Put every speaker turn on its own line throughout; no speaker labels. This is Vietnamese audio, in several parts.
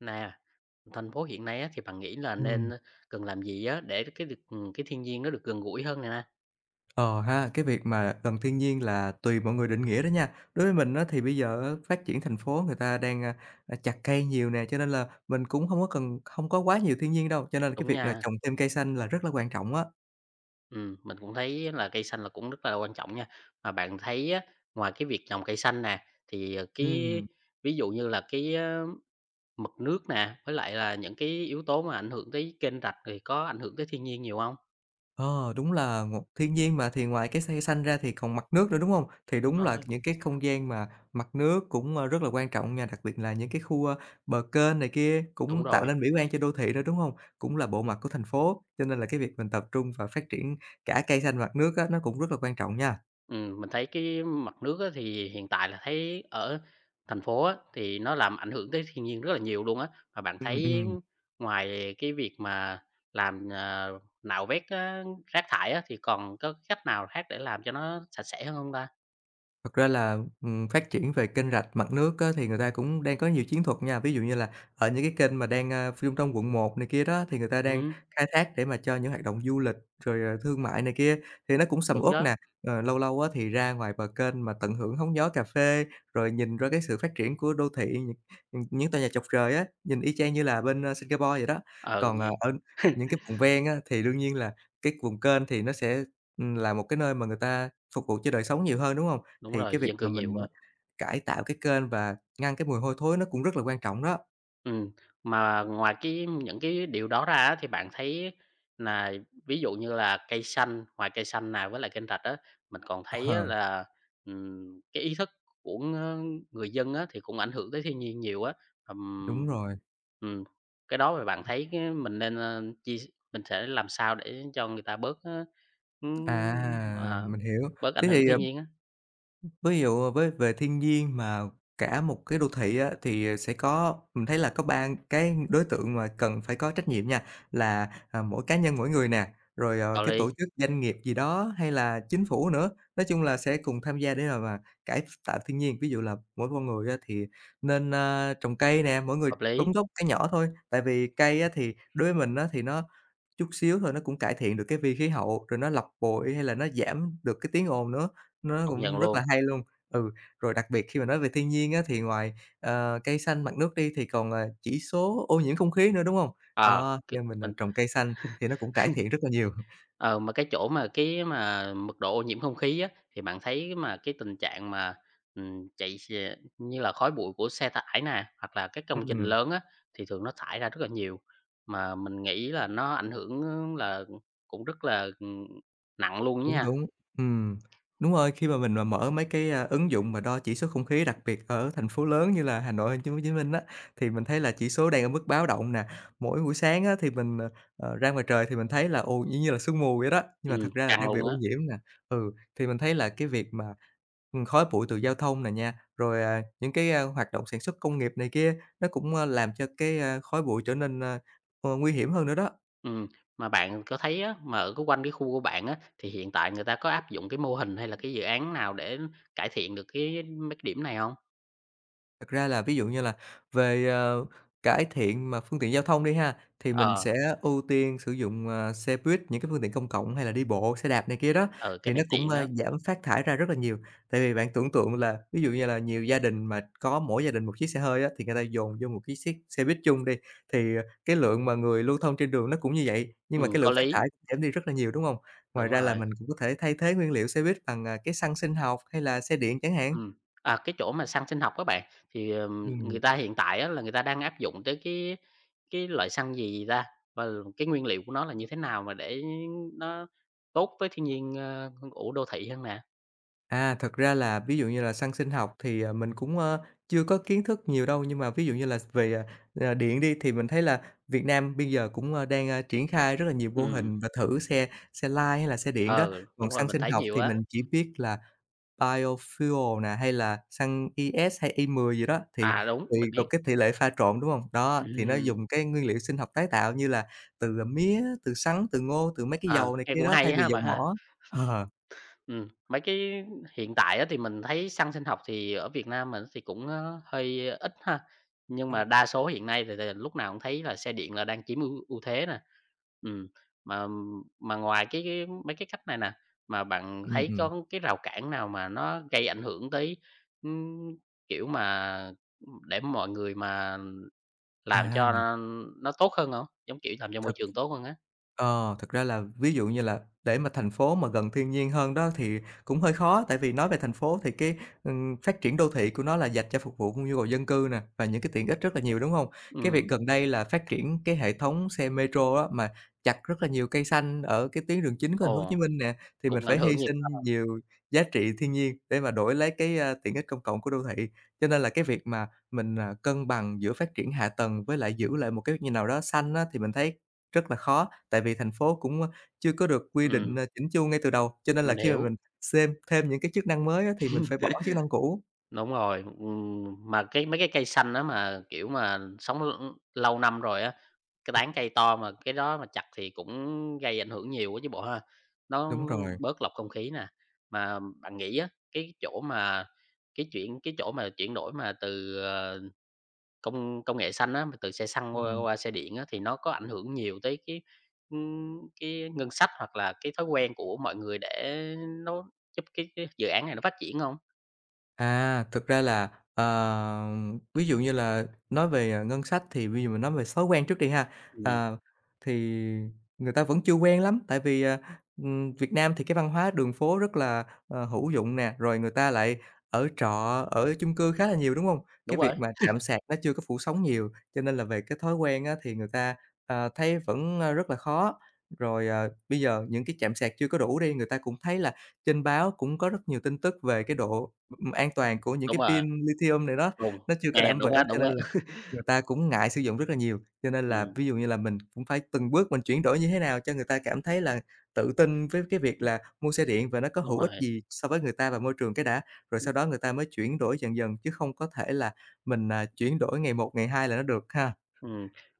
Nè, thành phố hiện nay á, thì bạn nghĩ là nên,
Ừm.
cần làm gì á, để cái được cái thiên nhiên nó được gần gũi hơn này nè?
Ờ ha, cái việc mà gần thiên nhiên là tùy mọi người định nghĩa đó nha. Đối với mình á, thì bây giờ á, phát triển thành phố người ta đang, chặt cây nhiều nè, cho nên là mình cũng không có cần không có quá nhiều thiên nhiên đâu, cho nên là cái
Đúng
việc là
nha,
trồng thêm cây xanh là rất là quan trọng á.
mình cũng thấy là cây xanh là cũng rất là quan trọng nha. Mà bạn thấy á, ngoài cái việc trồng cây xanh nè, thì, cái
Ừm.
ví dụ như là cái, á, mực nước nè, với lại là những cái yếu tố mà ảnh hưởng tới kênh rạch thì có ảnh hưởng tới thiên nhiên nhiều không?
Ờ, đúng là một thiên nhiên mà, thì ngoài cái cây xanh ra thì còn mặt nước nữa, đúng không? Thì
Đúng
đúng là
rồi,
những cái không gian mà mặt nước cũng rất là quan trọng nha, đặc biệt là những cái khu, bờ kênh này kia
đúng
cũng tạo
rồi.
nên mỹ quan cho đô thị đó, đúng không? Cũng là bộ mặt của thành phố, cho nên là cái việc mình tập trung và phát triển cả cây xanh mặt nước á, nó cũng rất là quan trọng nha.
Mình thấy cái mặt nước á, thì hiện tại là thấy ở thành phố á, thì nó làm ảnh hưởng tới thiên nhiên rất là nhiều luôn á. Và bạn
Ừm,
thấy
ừm.
ngoài cái việc mà làm, nạo vét á, rác thải á, thì còn có cách nào khác để làm cho nó sạch sẽ hơn không ta?
Thật ra là, phát triển về kênh rạch mặt nước á, thì người ta cũng đang có nhiều chiến thuật nha. Ví dụ như là ở những cái kênh mà đang, trung tâm quận 1 này kia đó, thì người ta đang
Ừm,
khai thác để mà cho những hoạt động du lịch, rồi, thương mại này kia, thì nó cũng sầm
đúng
uất
đó,
nè. Ờ, lâu lâu á, thì ra ngoài bờ kênh mà tận hưởng hóng gió cà phê, rồi nhìn ra cái sự phát triển của đô thị, những tòa nhà chọc trời á, nhìn y chang như là bên Singapore vậy đó.
ừ,
Còn,
nghe
ở những cái vùng ven á, thì đương nhiên là cái vùng kênh thì nó sẽ, là một cái nơi mà người ta phục vụ cho đời sống nhiều hơn, đúng không?
đúng
Thì
rồi,
cái việc
dân cư
mà mình,
nhiều á.
à, cải tạo cái kênh và ngăn cái mùi hôi thối nó cũng rất là quan trọng đó.
Ừm, mà ngoài những cái điều đó ra á, thì bạn thấy là ví dụ như là cây xanh, ngoài cây xanh này với lại kênh rạch á, mình còn thấy á
Ờ,
là, cái ý thức của người dân á, thì cũng ảnh hưởng tới thiên nhiên nhiều á.
đúng
Ừm,
rồi.
ừm, cái đó thì bạn thấy cái mình nên, mình sẽ làm sao để cho người ta bớt, ơ, ưm,
À,
ờ, à,
mình hiểu.
bớt ảnh
Thế
hưởng
thì, à
thiên nhiên á?
Ví dụ với về thiên nhiên mà cả một cái đô thị á, thì sẽ có mình thấy là có 3 cái đối tượng mà cần phải có trách nhiệm nha, là, mỗi cá nhân mỗi người nè, rồi,
Đạo
cái tổ
lý,
chức, doanh nghiệp gì đó hay là chính phủ nữa. Nói chung là sẽ cùng tham gia để mà cải tạo thiên nhiên. Ví dụ là mỗi con người á, thì nên, trồng cây nè, mỗi người
hợp lý,
đóng góp một cái nhỏ thôi, tại vì cây á, thì đối với mình á, thì nó chút xíu thôi nó cũng cải thiện được cái vi khí hậu, rồi nó lọc bụi hay là nó giảm được cái tiếng ồn nữa, nó
công nhận
cũng rất
luôn.
là hay luôn. Ừ, rồi đặc biệt khi mà nói về thiên nhiên á thì ngoài, cây xanh, mặt nước đi thì còn, chỉ số ô nhiễm không khí nữa, đúng hông?
Ờ,
Đó,
c
do mình, trồng cây xanh thì nó cũng cải thiện rất là nhiều.
Ờ, mà cái chỗ mà cái mà mực độ ô nhiễm không khí á, thì bạn thấy mà cái tình trạng mà, chạy xe như là khói bụi của xe tải nè, hoặc là các công trình
Ừm.
lớn á, thì thường nó thải ra rất là nhiều, mà mình nghĩ là nó ảnh hưởng là cũng rất là, nặng luôn á
Đúng,
nha,
đúng. Ừm, đúng rồi, khi mà mình mà mở mấy cái ứng dụng mà đo chỉ số không khí, đặc biệt ở thành phố lớn như là Hà Nội, Thành phố Hồ Chí Minh á, thì mình thấy là chỉ số đang ở mức báo động nè. Mỗi buổi sáng á thì mình, ra ngoài trời thì mình thấy là, ồ, y như là sương mù vậy đó, nhưng mà thật ra là
căng
đang bị
luôn
ô
á.
nhiễm nè. Ừ, thì mình thấy là cái việc mà, khói bụi từ giao thông nè nha, rồi, những cái hoạt động sản xuất công nghiệp này kia, nó cũng, làm cho cái khói bụi trở nên, nguy hiểm hơn nữa đó.
Ừm, mà bạn có thấy á, mà ở cái quanh cái khu của bạn á, thì hiện tại người ta có áp dụng cái mô hình hay là cái dự án nào để cải thiện được cái mấy cái điểm này không?
Thật ra là ví dụ như là về, cải thiện mà phương tiện giao thông đi ha, thì mình
Ờ,
sẽ ưu tiên sử dụng, xe buýt, những cái phương tiện công cộng hay là đi bộ, xe đạp này kia đó,
ừ, cái
thì
này
nó cũng,
tiện
ơ,
đó.
giảm phát thải ra rất là nhiều. Tại vì bạn tưởng tượng là ví dụ như là nhiều gia đình mà có mỗi gia đình một chiếc xe hơi á, thì người ta dồn vô một cái xiếc xe buýt chung đi, thì, cái lượng mà người lưu thông trên đường nó cũng như vậy, nhưng mà
Ừm,
cái
có
lượng phát thải
lý,
cũng giảm đi rất là nhiều, đúng không? Ngoài
đúng
ra là
rồi.
mình cũng có thể thay thế nguyên liệu xe buýt bằng, cái xăng sinh học hay là xe điện chẳng hạn.
Ừm, à, cái chỗ mà xăng sinh học các bạn, thì,
Ừm.
người ta hiện tại á là người ta đang áp dụng tới cái loại xăng gì gì ta? Và cái nguyên liệu của nó là như thế nào mà để nó tốt với thiên nhiên, của đô thị hơn nè?
À, thật ra là ví dụ như là xăng sinh học thì, mình cũng, chưa có kiến thức nhiều đâu, nhưng mà ví dụ như là về, điện đi thì mình thấy là Việt Nam bây giờ cũng, đang, triển khai rất là nhiều mô
Ừ,
hình và thử xe xe lai hay là xe điện đó.
ờ,
Còn
đúng rồi,
xăng
mình
sinh
thấy
học
nhiều
thì
á.
mình chỉ biết là biofuel nè, hay là xăng ES hay E10 gì đó, thì
À, đúng,
thì
mình
một
biết.
cái tỷ lệ pha trộn, đúng không? Đó, thì nó
Ừ,
dùng cái nguyên liệu sinh học tái tạo như là từ, mía, từ sắn, từ ngô, từ mấy cái
ờ,
dầu này
nghe
kia
cũng
đó thay
hay á
vì
ha
dầu
bạn ha.
mỏ. Ờ,
Mấy cái hiện tại á thì mình thấy xăng sinh học thì ở Việt Nam mình thì cũng, hơi ít ha, nhưng
ừm,
mà đa số hiện nay thì lúc nào cũng thấy là xe điện là đang chiếm ưu ưu thế nè. Ừm, mà mà ngoài cái mấy cái cách này nè, mà bạn
ừm,
thấy
ừm,
có cái rào cản nào mà nó gây ảnh hưởng tới, ưm, kiểu mà, để mọi người mà làm
à.
cho nó tốt hơn không? Giống kiểu làm cho
Thật
môi trường tốt hơn á.
ờ, Thực ra là ví dụ như là để mà thành phố mà gần thiên nhiên hơn đó thì cũng hơi khó, tại vì nói về thành phố thì cái, phát triển đô thị của nó là dành cho phục vụ nhu cầu dân cư nè, và những cái tiện ích rất là nhiều, đúng không? Cái
Ừm,
việc gần đây là phát triển cái hệ thống xe metro á, mà chặt rất là nhiều cây xanh ở cái tuyến đường chính của Thành phố Hồ Chí
ồ,
Minh nè, thì mình
cũng ảnh
phải hy
hưởng nhiều ha.
sinh nhiều giá trị thiên nhiên để mà đổi lấy cái, tiện ích công cộng của đô thị. Cho nên là cái việc mà mình, cân bằng giữa phát triển hạ tầng với lại giữ lại một cái như nào đó xanh á, thì mình thấy rất là khó, tại vì thành phố cũng, chưa có được quy
Ừm,
định, chỉn chu ngay từ đầu, cho nên là
mình
khi mà
hiểu.
mình xem thêm những cái chức năng mới á thì mình phải bỏ chức năng cũ.
Đúng rồi, mà cái mấy cái cây xanh đó mà, kiểu mà, sống l lâu năm rồi á, cái
Ừm,
tán cây to mà cái đó mà chặt thì cũng gây ảnh hưởng nhiều á chứ bộ ha. Nó
đúng rồi,
bớt lọc không khí nè, mà bạn nghĩ á, cái chỗ mà chuyển đổi mà từ, công công nghệ xanh á, mà từ xe xăng qua
ừm.
qua xe điện á, thì nó có ảnh hưởng nhiều tới cái, cái ngân sách hoặc là cái thói quen của mọi người để nó giúp cái dự án này nó phát triển không?
À, thực ra là, ví dụ như là nói về, ngân sách thì bây giờ mình nói về thói quen trước đi ha.
Ừm,
Ờ, thì người ta vẫn chưa quen lắm, tại vì, Việt Nam thì cái văn hóa đường phố rất là, hữu dụng nè, rồi người ta lại ở trọ, ở chung cư khá là nhiều, đúng không?
đúng
Cái
rồi,
việc mà trạm sạc nó chưa có phủ sóng nhiều, cho nên là về cái thói quen á thì người ta, thấy vẫn, rất là khó. Rồi, bây giờ những cái trạm sạc chưa có đủ đi, người ta cũng thấy là trên báo cũng có rất nhiều tin tức về cái độ an toàn của những
đúng
cái
rồi.
pin lithium này đó,
Đúng,
nó chưa có
à,
đảm
đúng
bảo
á,
cho
đúng
nên
á.
là người ta cũng ngại sử dụng rất là nhiều. Cho nên là
Ừm,
ví dụ như là mình cũng phải từng bước mình chuyển đổi như thế nào cho người ta cảm thấy là tự tin với cái việc là mua xe điện và nó có
đúng
hữu ích
rồi.
gì so với người ta và môi trường cái đã, rồi
Ừm,
sau đó người ta mới chuyển đổi dần dần chứ không có thể là mình, chuyển đổi ngày một, ngày hai là nó được ha.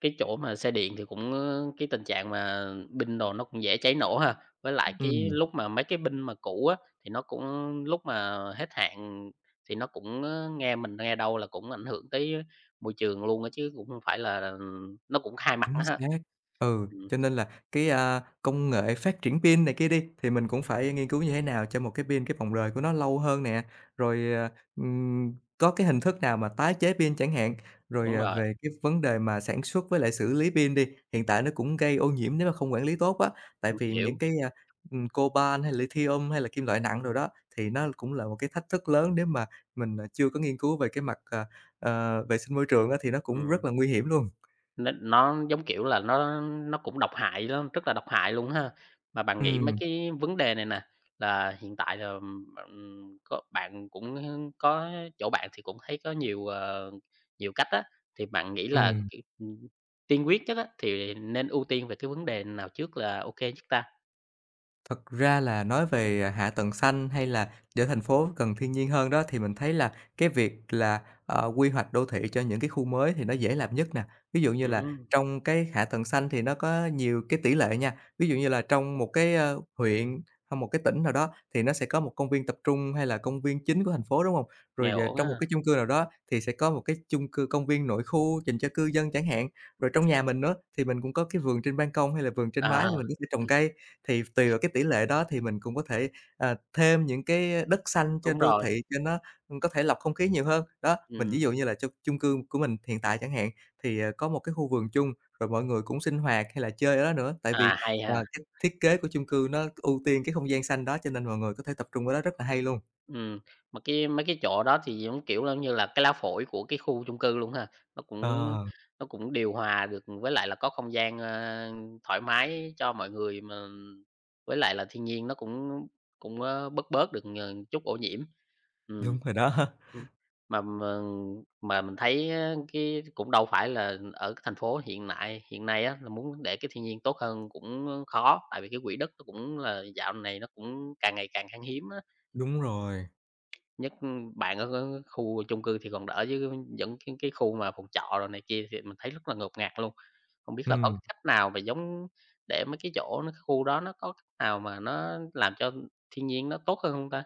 cái chỗ mà xe điện thì cũng, cái tình trạng mà pin đồ nó cũng dễ cháy nổ ha. Với lại cái
Ừm.
lúc mà mấy cái pin mà cũ á, thì nó cũng lúc mà hết hạn thì nó cũng, nghe mình nghe đâu là cũng ảnh hưởng tới môi trường luôn á chứ cũng hông phải là nó cũng hai mặt
Chính
á ha.
xác. Ừ,
Ừm,
cho nên là cái, công nghệ phát triển pin này kia đi, thì mình cũng phải nghiên cứu như thế nào cho một cái pin cái vòng đời của nó lâu hơn nè, rồi, có cái hình thức nào mà tái chế pin chẳng hạn. Rồi,
đúng
à,
rồi,
về cái vấn đề mà sản xuất với lại xử lý pin đi, hiện tại nó cũng gây ô nhiễm nếu mà không quản lý tốt á, tại
mình
vì
hiểu,
những cái, coban hay lithium hay là kim loại nặng rồi đó, thì nó cũng là một cái thách thức lớn nếu mà mình, chưa có nghiên cứu về cái mặt, vệ sinh môi trường á, thì nó cũng
ừm.
rất là nguy hiểm luôn.
Nó, giống kiểu là, nó cũng độc hại lắm, rất là độc hại luôn ha. Mà bạn nghĩ mấy
Ừm,
cái vấn đề này nè, là hiện tại là, có bạn cũng có chỗ bạn thì cũng thấy có nhiều, nhiều cách á, thì bạn nghĩ là,
ừm.
kiểu, tiên quyết nhất á, thì nên ưu tiên về cái vấn đề nào trước là ok kê nhất ta?
Thật ra là nói về, hạ tầng xanh hay là giữa thành phố gần thiên nhiên hơn đó, thì mình thấy là cái việc là, quy hoạch đô thị cho những cái khu mới thì nó dễ làm nhất nè. Ví dụ như là
Ừm,
trong cái hạ tầng xanh thì nó có nhiều cái tỷ lệ nha, ví dụ như là trong một cái, huyện hay một cái tỉnh nào đó thì nó sẽ có một công viên tập trung hay là công viên chính của thành phố, đúng không?
nghe
Rồi,
ổn
trong một
á.
cái chung cư nào đó thì sẽ có một cái chung cư công viên nội khu dành cho cư dân chẳng hạn. Rồi trong nhà mình nữa thì mình cũng có cái vườn trên ban công hay là vườn trên
À,
mái mà mình có thể trồng cây. Thì tùy vào cái tỷ lệ đó thì mình cũng có thể, thêm những cái đất xanh cho
đúng
đô
rồi,
thị cho nó, có thể lọc không khí nhiều hơn. Đó, mình
ừm,
ví dụ như là trong chung cư của mình hiện tại chẳng hạn, thì, có một cái khu vườn chung, rồi mọi người cũng sinh hoạt hay là chơi ở đó nữa. Tại
à,
vì,
hay
ờ,
ha.
cái thiết kế của chung cư nó ưu tiên cái không gian xanh đó cho nên mọi người có thể tập trung ở đó rất là hay luôn.
Ừm, mà cái mấy cái chỗ đó thì giống, kiểu, giống như là cái lá phổi của cái khu chung cư luôn ha. Nó cũng
Ờ,
nó cũng điều hòa được với lại là có không gian, thoải mái cho mọi người mà với lại là thiên nhiên nó cũng cũng, bớt bớt được, chút ô nhiễm. Ừm.
đúng rồi đó,
Ừm, mà mà mà mình thấy á cái cũng đâu phải là ở cái thành phố hiện nay á, là muốn để cái thiên nhiên tốt hơn cũng khó, tại vì cái quỹ đất nó cũng là dạo này nó cũng càng ngày càng khan hiếm á.
đúng rồi,
Nhất, ừ, bạn ở ở khu chung cư thì còn đỡ chứ những cái khu mà phòng trọ rồi này kia thì mình thấy rất là ngột ngạt luôn. Không biết là có
ừm.
cái cách nào mà giống để mấy cái chỗ nó cái khu đó nó có cách nào mà nó làm cho thiên nhiên nó tốt hơn không ta?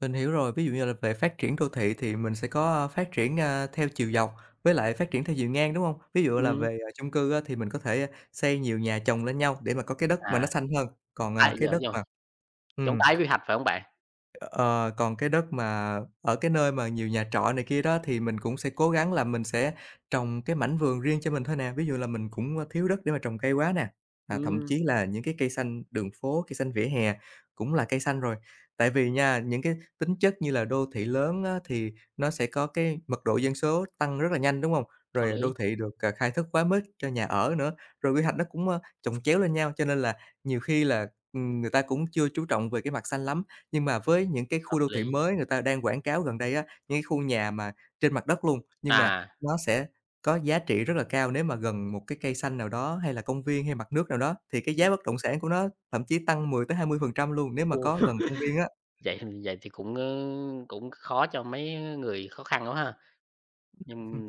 Mình hiểu rồi, ví dụ như là về phát triển đô thị thì mình sẽ có, phát triển, theo chiều dọc với lại phát triển theo chiều ngang, đúng không? Ví dụ là
Ừm,
về, chung cư á thì mình có thể xây nhiều nhà chồng lên nhau để mà có cái đất mà nó
à,
xanh hơn, còn, à,
tái
cái
giờ
đất
đúng rồi,
mà
giống
ừm.
tái quy hoạch phải không bạn?
Ờ, còn cái đất mà ở cái nơi mà nhiều nhà trọ này kia đó thì mình cũng sẽ cố gắng là mình sẽ trồng cái mảnh vườn riêng cho mình thôi nè. Ví dụ là mình cũng, thiếu đất để mà trồng cây quá nè, thậm
Ừm,
chí là những cái cây xanh đường phố, cây xanh vỉa hè cũng là cây xanh rồi. Tại vì nha, những cái tính chất như là đô thị lớn á thì nó sẽ có cái mật độ dân số tăng rất là nhanh, đúng không?
có
Rồi,
lý,
đô thị được, khai thác quá mức cho nhà ở nữa, rồi quy hoạch nó cũng, chồng chéo lên nhau, cho nên là nhiều khi là, người ta cũng chưa chú trọng về cái mặt xanh lắm. Nhưng mà với những cái khu
hợp
đô thị
lý.
mới người ta đang quảng cáo gần đây á, những cái khu nhà mà trên mặt đất luôn, nhưng mà
À,
nó sẽ có giá trị rất là cao nếu mà gần một cái cây xanh nào đó, hay là công viên, hay mặt nước nào đó, thì cái
ừm,
giá bất động sản của nó thậm chí tăng 10-20% luôn nếu mà có gần công viên á.
vậy vậy thì cũng, cũng khó cho mấy người khó khăn quá ha.
Ừm,
Nhưng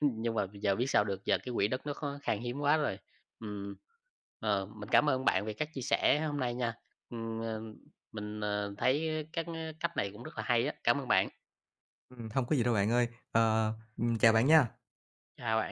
nhưng mà giờ biết sao được, giờ cái quỹ đất nó khó khan hiếm quá rồi. Ừm, ờ, mình cảm ơn bạn về các chia sẻ hôm nay nha. Ừm, ờ, mình, thấy các cách này cũng rất là hay á. Cảm ơn bạn,
hông có gì đâu bạn ơi. Ờ, chào bạn nha.
chào bạn.